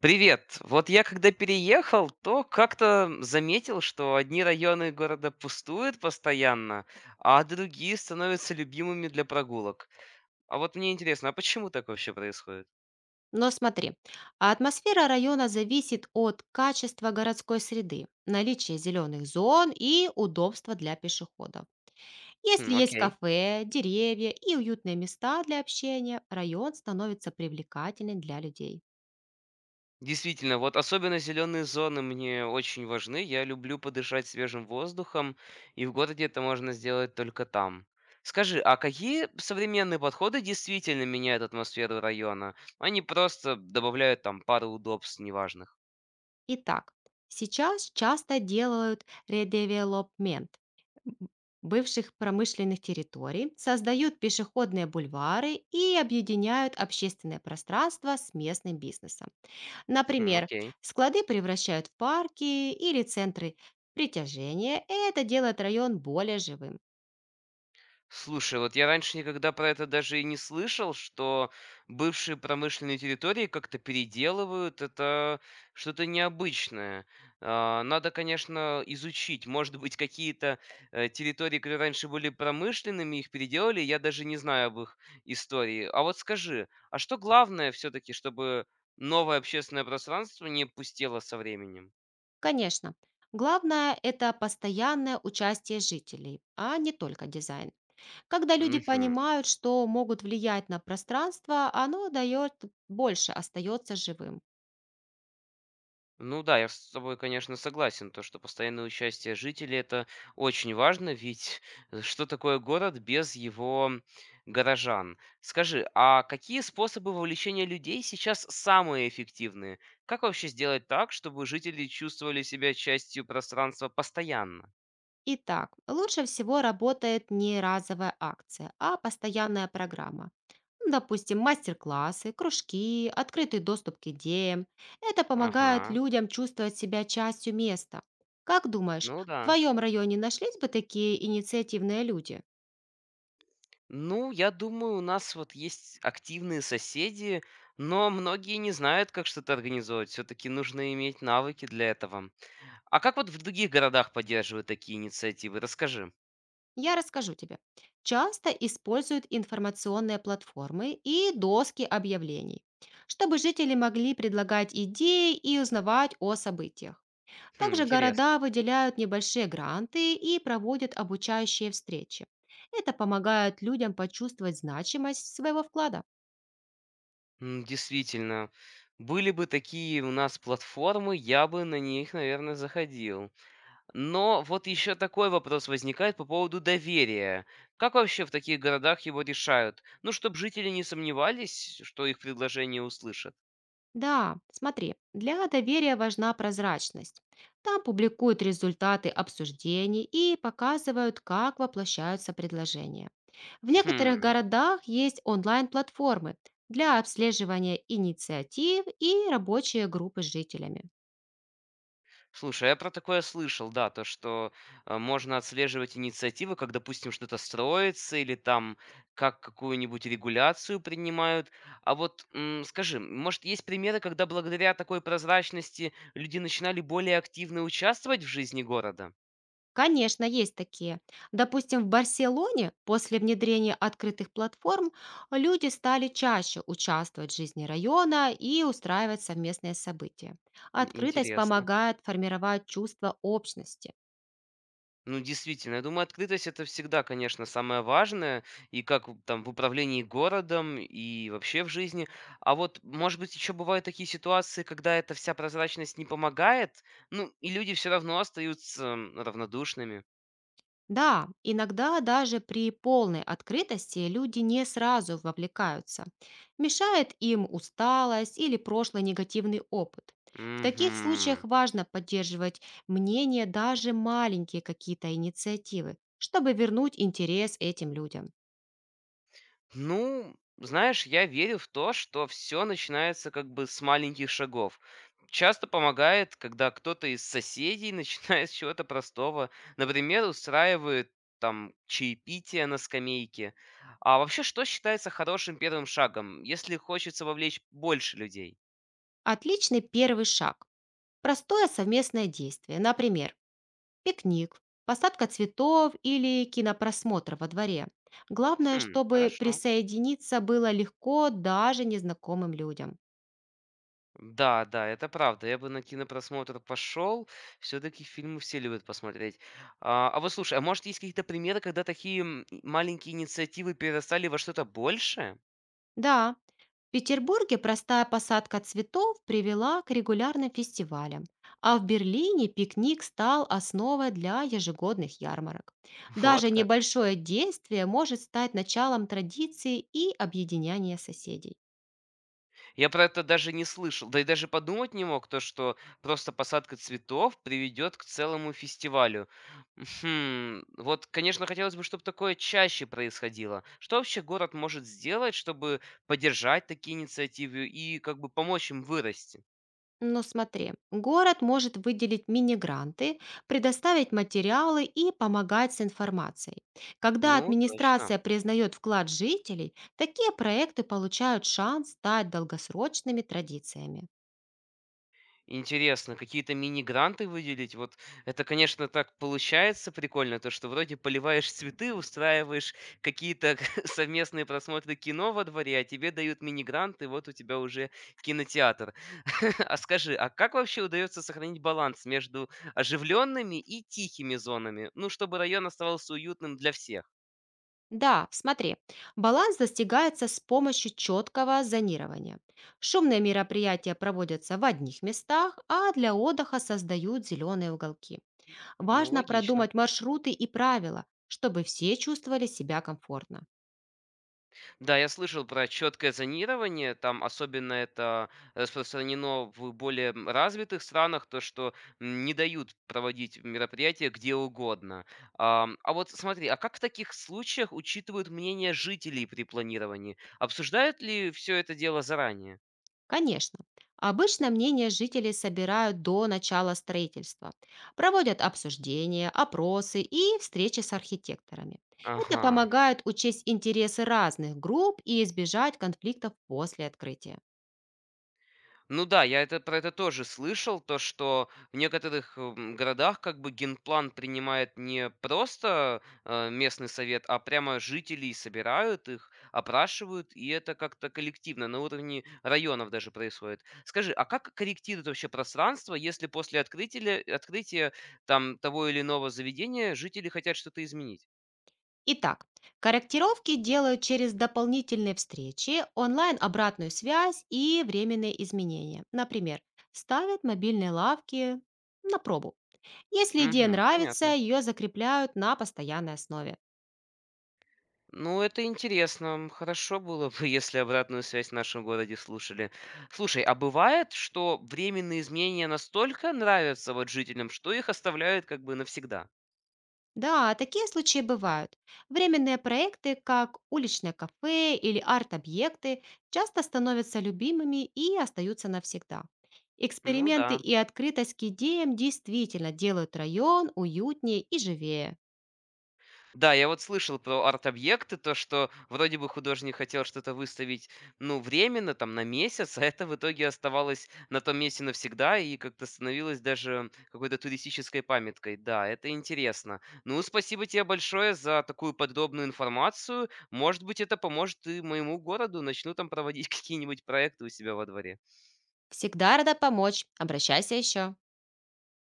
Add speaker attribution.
Speaker 1: Привет. Вот я когда переехал, то как-то заметил, что одни районы города пустуют постоянно, а другие становятся любимыми для прогулок. А вот мне интересно, а почему так вообще происходит?
Speaker 2: Но смотри, а атмосфера района зависит от качества городской среды, наличия зеленых зон и удобства для пешеходов. Если
Speaker 1: Хм,
Speaker 2: есть
Speaker 1: окей.
Speaker 2: кафе, деревья и уютные места для общения, район становится привлекательным для людей.
Speaker 1: Действительно, вот особенно зеленые зоны мне очень важны. Я люблю подышать свежим воздухом, и в городе это можно сделать только там. Скажи, а какие современные подходы действительно меняют атмосферу района? Они просто добавляют там пару удобств неважных.
Speaker 2: Итак, сейчас часто делают редевелопмент б- бывших промышленных территорий, создают пешеходные бульвары и объединяют общественное пространство с местным бизнесом.
Speaker 1: Хм,
Speaker 2: Например,
Speaker 1: окей.
Speaker 2: склады превращают в парки или центры притяжения, и это делает район более живым.
Speaker 1: Слушай, вот я раньше никогда про это даже и не слышал, что бывшие промышленные территории как-то переделывают. Это что-то необычное. А, надо, конечно, изучить. Может быть, какие-то территории, которые раньше были промышленными, их переделали. Я даже не знаю об их истории. А вот скажи, а что главное все-таки, чтобы новое общественное пространство не пустело со временем?
Speaker 2: Конечно, главное– это постоянное участие жителей, а не только дизайн. Когда люди
Speaker 1: Мгм.
Speaker 2: понимают, что могут влиять на пространство, оно дает больше, остается живым.
Speaker 1: Ну да, я с тобой, конечно, согласен, то, что постоянное участие жителей это очень важно, ведь что такое город без его горожан? Скажи, а какие способы вовлечения людей сейчас самые эффективные? Как вообще сделать так, чтобы жители чувствовали себя частью пространства постоянно?
Speaker 2: Итак, лучше всего работает не разовая акция, а постоянная программа. Ну, допустим, мастер-классы, кружки, открытый доступ к идеям. Это помогает
Speaker 1: Ага,
Speaker 2: людям чувствовать себя частью места. Как думаешь,
Speaker 1: ну
Speaker 2: в
Speaker 1: да.
Speaker 2: твоем районе нашлись бы такие инициативные люди?
Speaker 1: Ну, я думаю, у нас вот есть активные соседи, но многие не знают, как что-то организовать. Все-таки нужно иметь навыки для этого. А как вот в других городах поддерживают такие инициативы? Расскажи.
Speaker 2: Я расскажу тебе. Часто используют информационные платформы и доски объявлений, чтобы жители могли предлагать идеи и узнавать о событиях.
Speaker 1: Хм,
Speaker 2: Также
Speaker 1: интересно.
Speaker 2: города выделяют небольшие гранты и проводят обучающие встречи. Это помогает людям почувствовать значимость своего вклада.
Speaker 1: Действительно, были бы такие у нас платформы, я бы на них, наверное, заходил. Но вот еще такой вопрос возникает по поводу доверия. Как вообще в таких городах его решают? Ну, чтобы жители не сомневались, что их предложение услышат.
Speaker 2: Да, смотри, для доверия важна прозрачность. Там публикуют результаты обсуждений и показывают, как воплощаются предложения. В некоторых
Speaker 1: Хм.
Speaker 2: городах есть онлайн-платформы для обслеживания инициатив и рабочие группы с жителями.
Speaker 1: Слушай, я про такое слышал, да, то, что можно отслеживать инициативы, как, допустим, что-то строится или там как какую-нибудь регуляцию принимают. А вот скажи, может, есть примеры, когда благодаря такой прозрачности люди начинали более активно участвовать в жизни города?
Speaker 2: Конечно, есть такие. Допустим, в Барселоне после внедрения открытых платформ люди стали чаще участвовать в жизни района и устраивать совместные события. Открытость
Speaker 1: Интересно.
Speaker 2: помогает формировать чувство общности.
Speaker 1: Ну, действительно, я думаю, открытость это всегда, конечно, самое важное, и как в там в управлении городом, и вообще в жизни. А вот, может быть, еще бывают такие ситуации, когда эта вся прозрачность не помогает, ну, и люди все равно остаются равнодушными.
Speaker 2: Да, иногда даже при полной открытости люди не сразу вовлекаются. Мешает им усталость или прошлый негативный опыт. В таких
Speaker 1: Мгм.
Speaker 2: случаях важно поддерживать мнение, даже маленькие какие-то инициативы, чтобы вернуть интерес этим людям.
Speaker 1: Ну, знаешь, я верю в то, что все начинается как бы с маленьких шагов. Часто помогает, когда кто-то из соседей начинает с чего-то простого. Например, устраивает там чаепитие на скамейке. А вообще, что считается хорошим первым шагом, если хочется вовлечь больше людей?
Speaker 2: Отличный первый шаг. Простое совместное действие. Например, пикник, посадка цветов или кинопросмотр во дворе. Главное,
Speaker 1: Хм,
Speaker 2: чтобы
Speaker 1: хорошо.
Speaker 2: присоединиться было легко даже незнакомым людям.
Speaker 1: Да, да, это правда. Я бы на кинопросмотр пошел. Все-таки фильмы все любят посмотреть. А вот слушай, а может есть какие-то примеры, когда такие маленькие инициативы перерастали во что-то большее?
Speaker 2: Да, в Петербурге простая посадка цветов привела к регулярным фестивалям, а в Берлине пикник стал основой для ежегодных ярмарок.
Speaker 1: Вот
Speaker 2: Даже
Speaker 1: как.
Speaker 2: небольшое действие может стать началом традиции и объединяния соседей.
Speaker 1: Я про это даже не слышал. Да и даже подумать не мог, то, что просто посадка цветов приведет к целому фестивалю. Хм, вот, конечно, хотелось бы, чтобы такое чаще происходило. Что вообще город может сделать, чтобы поддержать такие инициативы и как бы помочь им вырасти?
Speaker 2: Но смотри, город может выделить мини-гранты, предоставить материалы и помогать с информацией. Когда
Speaker 1: Ну, точно.
Speaker 2: администрация признает вклад жителей, такие проекты получают шанс стать долгосрочными традициями.
Speaker 1: Интересно, какие-то мини-гранты выделить? Вот это, конечно, так получается прикольно, то, что вроде поливаешь цветы, устраиваешь какие-то совместные просмотры кино во дворе, а тебе дают мини-гранты, вот у тебя уже кинотеатр. А скажи, а как вообще удается сохранить баланс между оживленными и тихими зонами? Ну, чтобы район оставался уютным для всех.
Speaker 2: Да, смотри, баланс достигается с помощью четкого зонирования. Шумные мероприятия проводятся в одних местах, а для отдыха создают зеленые уголки.
Speaker 1: Ну,
Speaker 2: Важно
Speaker 1: логично.
Speaker 2: продумать маршруты и правила, чтобы все чувствовали себя комфортно.
Speaker 1: Да, я слышал про четкое зонирование, там особенно это распространено в более развитых странах, то, что не дают проводить мероприятия где угодно. А вот смотри, а как в таких случаях учитывают мнение жителей при планировании? Обсуждают ли все это дело заранее?
Speaker 2: Конечно. Обычно мнения жителей собирают до начала строительства. Проводят обсуждения, опросы и встречи с архитекторами. Это
Speaker 1: Ага.
Speaker 2: помогает учесть интересы разных групп и избежать конфликтов после открытия.
Speaker 1: Ну да, я про это тоже слышал, то, что в некоторых городах как бы генплан принимает не просто местный совет, а прямо жителей собирают их, опрашивают, и это как-то коллективно, на уровне районов даже происходит. Скажи, а как корректирует вообще пространство, если после открытия там того или иного заведения жители хотят что-то изменить?
Speaker 2: Итак, корректировки делают через дополнительные встречи, онлайн-обратную связь и временные изменения. Например, ставят мобильные лавки на пробу. Если идея
Speaker 1: Угу,
Speaker 2: нравится,
Speaker 1: понятно.
Speaker 2: ее закрепляют на постоянной основе.
Speaker 1: Ну, это интересно. Хорошо было бы, если обратную связь в нашем городе слушали. Слушай, а бывает, что временные изменения настолько нравятся вот жителям, что их оставляют как бы навсегда?
Speaker 2: Да, такие случаи бывают. Временные проекты, как уличное кафе или арт-объекты, часто становятся любимыми и остаются навсегда.
Speaker 1: Ну
Speaker 2: Эксперименты
Speaker 1: да.
Speaker 2: и открытость к идеям действительно делают район уютнее и живее.
Speaker 1: Да, я вот слышал про арт-объекты, то, что вроде бы художник хотел что-то выставить, ну, временно, там, на месяц, а это в итоге оставалось на том месте навсегда и как-то становилось даже какой-то туристической памяткой. Да, это интересно. Ну, спасибо тебе большое за такую подробную информацию. Может быть, это поможет и моему городу, начну там проводить какие-нибудь проекты у себя во дворе.
Speaker 2: Всегда рада помочь. Обращайся еще.